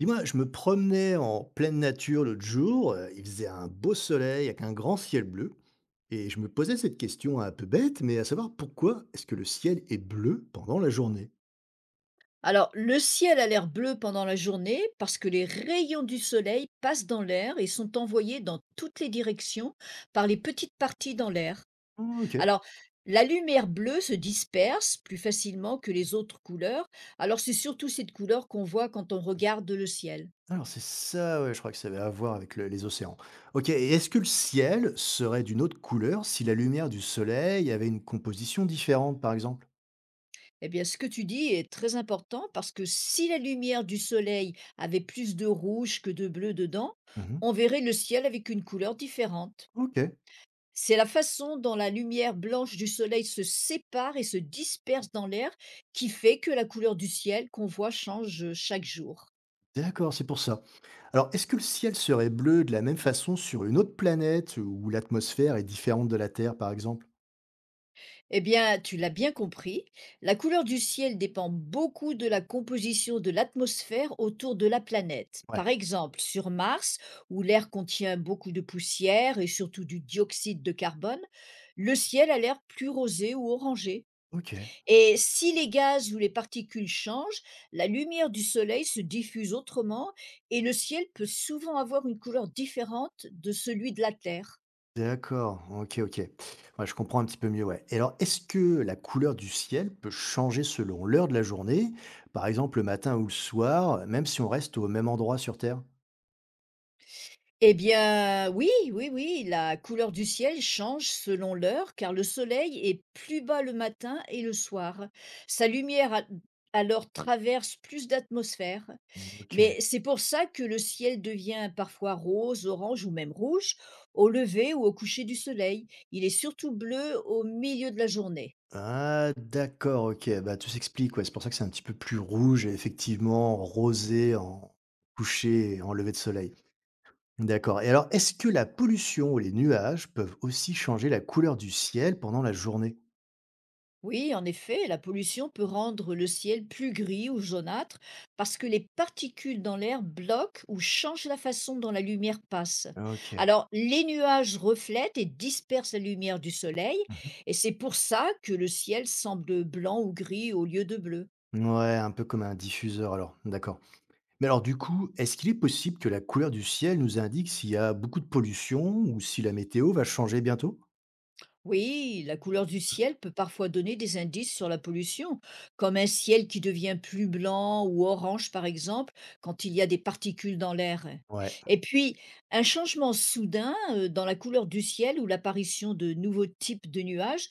Dis-moi, je me promenais en pleine nature l'autre jour, il faisait un beau soleil avec un grand ciel bleu, et je me posais cette question un peu bête, mais à savoir pourquoi est-ce que le ciel est bleu pendant la journée? Alors, le ciel a l'air bleu pendant la journée parce que les rayons du soleil passent dans l'air et sont envoyés dans toutes les directions par les petites parties dans l'air. Ah, Ok, Alors, la lumière bleue se disperse plus facilement que les autres couleurs. Alors, c'est surtout cette couleur qu'on voit quand on regarde le ciel. alors c'est ça, ouais, je crois que ça avait à voir avec les océans. Ok, et est-ce que le ciel serait d'une autre couleur si la lumière du soleil avait une composition différente, par exemple? Eh bien, ce que tu dis est très important parce que si la lumière du soleil avait plus de rouge que de bleu dedans, Mhm. on verrait le ciel avec une couleur différente. Ok, C'est la façon dont la lumière blanche du soleil se sépare et se disperse dans l'air qui fait que la couleur du ciel qu'on voit change chaque jour. d'accord, c'est pour ça. Alors, est-ce que le ciel serait bleu de la même façon sur une autre planète où l'atmosphère est différente de la Terre, par exemple? Eh bien, tu l'as bien compris, la couleur du ciel dépend beaucoup de la composition de l'atmosphère autour de la planète. Ouais, Par exemple, sur Mars, où l'air contient beaucoup de poussière et surtout du dioxyde de carbone, le ciel a l'air plus rosé ou orangé. ok, Et si les gaz ou les particules changent, la lumière du soleil se diffuse autrement et le ciel peut souvent avoir une couleur différente de celui de la Terre. d'accord, ok, ok. Ouais, je comprends un petit peu mieux, ouais. Et alors, est-ce que la couleur du ciel peut changer selon l'heure de la journée, par exemple le matin ou le soir, même si on reste au même endroit sur Terre? Eh bien, oui, oui, oui, la couleur du ciel change selon l'heure car le soleil est plus bas le matin et le soir. Sa lumière a- alors traverse plus d'atmosphère. Ok. Mais c'est pour ça que le ciel devient parfois rose, orange ou même rouge au lever ou au coucher du soleil. Il est surtout bleu au milieu de la journée. Ah, d'accord, ok. Bah, tout s'explique, ouais. C'est pour ça que c'est un petit peu plus rouge et effectivement rosé en coucher et en lever de soleil. D'accord. Et alors, est-ce que la pollution ou les nuages peuvent aussi changer la couleur du ciel pendant la journée? Oui, en effet, la pollution peut rendre le ciel plus gris ou jaunâtre parce que les particules dans l'air bloquent ou changent la façon dont la lumière passe. Ok. Alors, les nuages reflètent et dispersent la lumière du soleil et c'est pour ça que le ciel semble blanc ou gris au lieu de bleu. Ouais, un peu comme un diffuseur alors, d'accord. Mais alors du coup, est-ce qu'il est possible que la couleur du ciel nous indique s'il y a beaucoup de pollution ou si la météo va changer bientôt? Oui, la couleur du ciel peut parfois donner des indices sur la pollution, comme un ciel qui devient plus blanc ou orange, par exemple, quand il y a des particules dans l'air. Ouais, Et puis, un changement soudain dans la couleur du ciel ou l'apparition de nouveaux types de nuages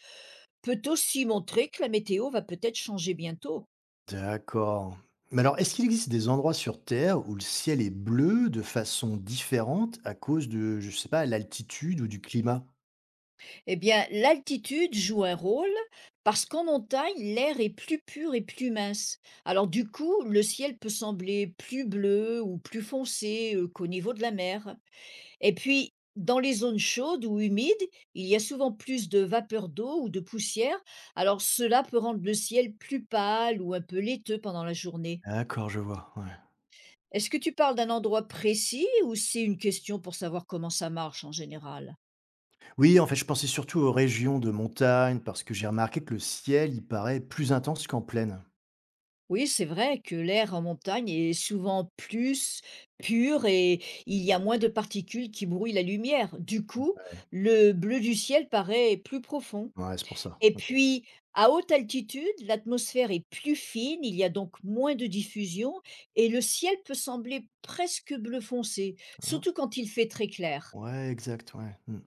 peut aussi montrer que la météo va peut-être changer bientôt. d'accord. Mais alors, est-ce qu'il existe des endroits sur Terre où le ciel est bleu de façon différente à cause de, je sais pas, l'altitude ou du climat? Eh bien, l'altitude joue un rôle parce qu'en montagne, l'air est plus pur et plus mince. Alors du coup, le ciel peut sembler plus bleu ou plus foncé qu'au niveau de la mer. Et puis, dans les zones chaudes ou humides, il y a souvent plus de vapeur d'eau ou de poussière. Alors cela peut rendre le ciel plus pâle ou un peu laiteux pendant la journée. D'accord, je vois, ouais. Est-ce que tu parles d'un endroit précis ou c'est une question pour savoir comment ça marche en général? Oui, en fait, je pensais surtout aux régions de montagne parce que j'ai remarqué que le ciel, il paraît plus intense qu'en plaine. Oui, c'est vrai que l'air en montagne est souvent plus pur et il y a moins de particules qui brouillent la lumière. Du coup, Ouais, le bleu du ciel paraît plus profond. ouais, c'est pour ça. Et OK. puis, à haute altitude, l'atmosphère est plus fine, il y a donc moins de diffusion et le ciel peut sembler presque bleu foncé, Hein? surtout quand il fait très clair. Ouais, exact, ouais. Mmh.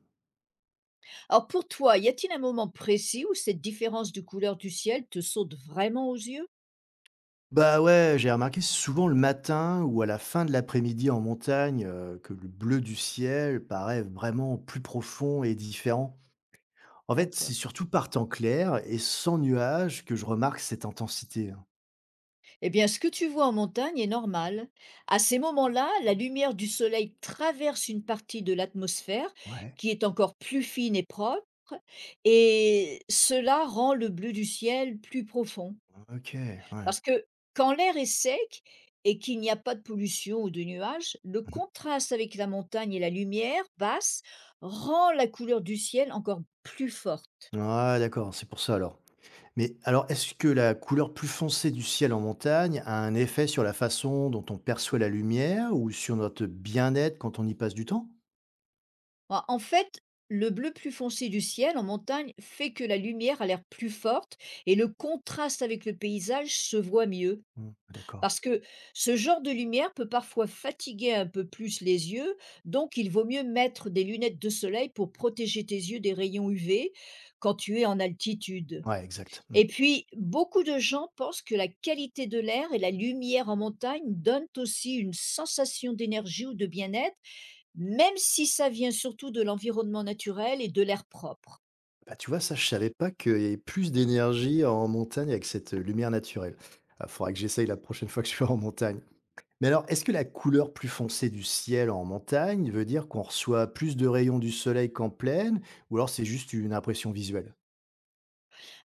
Alors pour toi, y a-t-il un moment précis où cette différence de couleur du ciel te saute vraiment aux yeux? Bah, ouais, j'ai remarqué souvent le matin ou à la fin de l'après-midi en montagne, que le bleu du ciel paraît vraiment plus profond et différent. En fait, c'est D'accord. surtout par temps clair et sans nuages que je remarque cette intensité, hein. Eh bien, ce que tu vois en montagne est normal. À ces moments-là, la lumière du soleil traverse une partie de l'atmosphère Ouais, qui est encore plus fine et propre, et cela rend le bleu du ciel plus profond. OK, ouais. Parce que quand l'air est sec et qu'il n'y a pas de pollution ou de nuages, le Mmh. contraste avec la montagne et la lumière basse rend la couleur du ciel encore plus forte. Ouais, d'accord, c'est pour ça alors. Mais alors, est-ce que la couleur plus foncée du ciel en montagne a un effet sur la façon dont on perçoit la lumière ou sur notre bien-être quand on y passe du temps? En fait, le bleu plus foncé du ciel en montagne fait que la lumière a l'air plus forte et le contraste avec le paysage se voit mieux. Hmm, d'accord. Parce que ce genre de lumière peut parfois fatiguer un peu plus les yeux, donc il vaut mieux mettre des lunettes de soleil pour protéger tes yeux des rayons UV quand tu es en altitude. Ouais, exact. Hmm. Et puis, beaucoup de gens pensent que la qualité de l'air et la lumière en montagne donnent aussi une sensation d'énergie ou de bien-être même si ça vient surtout de l'environnement naturel et de l'air propre. Bah, tu vois, ça, je savais pas qu'il y avait plus d'énergie en montagne avec cette lumière naturelle. Il faudra que j'essaye la prochaine fois que je serai en montagne. Mais alors, est-ce que la couleur plus foncée du ciel en montagne veut dire qu'on reçoit plus de rayons du soleil qu'en plaine, ou alors c'est juste une impression visuelle?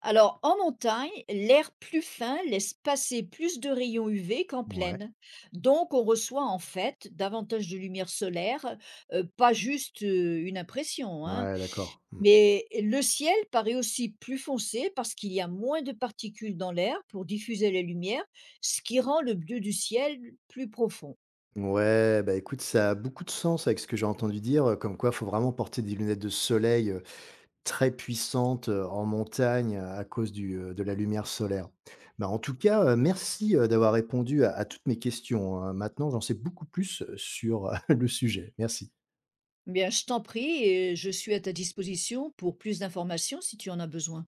Alors en montagne, l'air plus fin laisse passer plus de rayons UV qu'en Ouais, plaine. Donc on reçoit en fait davantage de lumière solaire, pas juste une impression, hein. ouais, d'accord. Mais le ciel paraît aussi plus foncé parce qu'il y a moins de particules dans l'air pour diffuser la lumière, ce qui rend le bleu du ciel plus profond. Ouais, bah, écoute, ça a beaucoup de sens avec ce que j'ai entendu dire, comme quoi il faut vraiment porter des lunettes de soleil, très puissantes, en montagne, à cause de la lumière solaire. Bah, en tout cas, merci, d'avoir répondu à toutes mes questions, hein. Maintenant, j'en sais beaucoup plus, sur, le sujet. Merci. Bien, je t'en prie et je suis à ta disposition pour plus d'informations si tu en as besoin.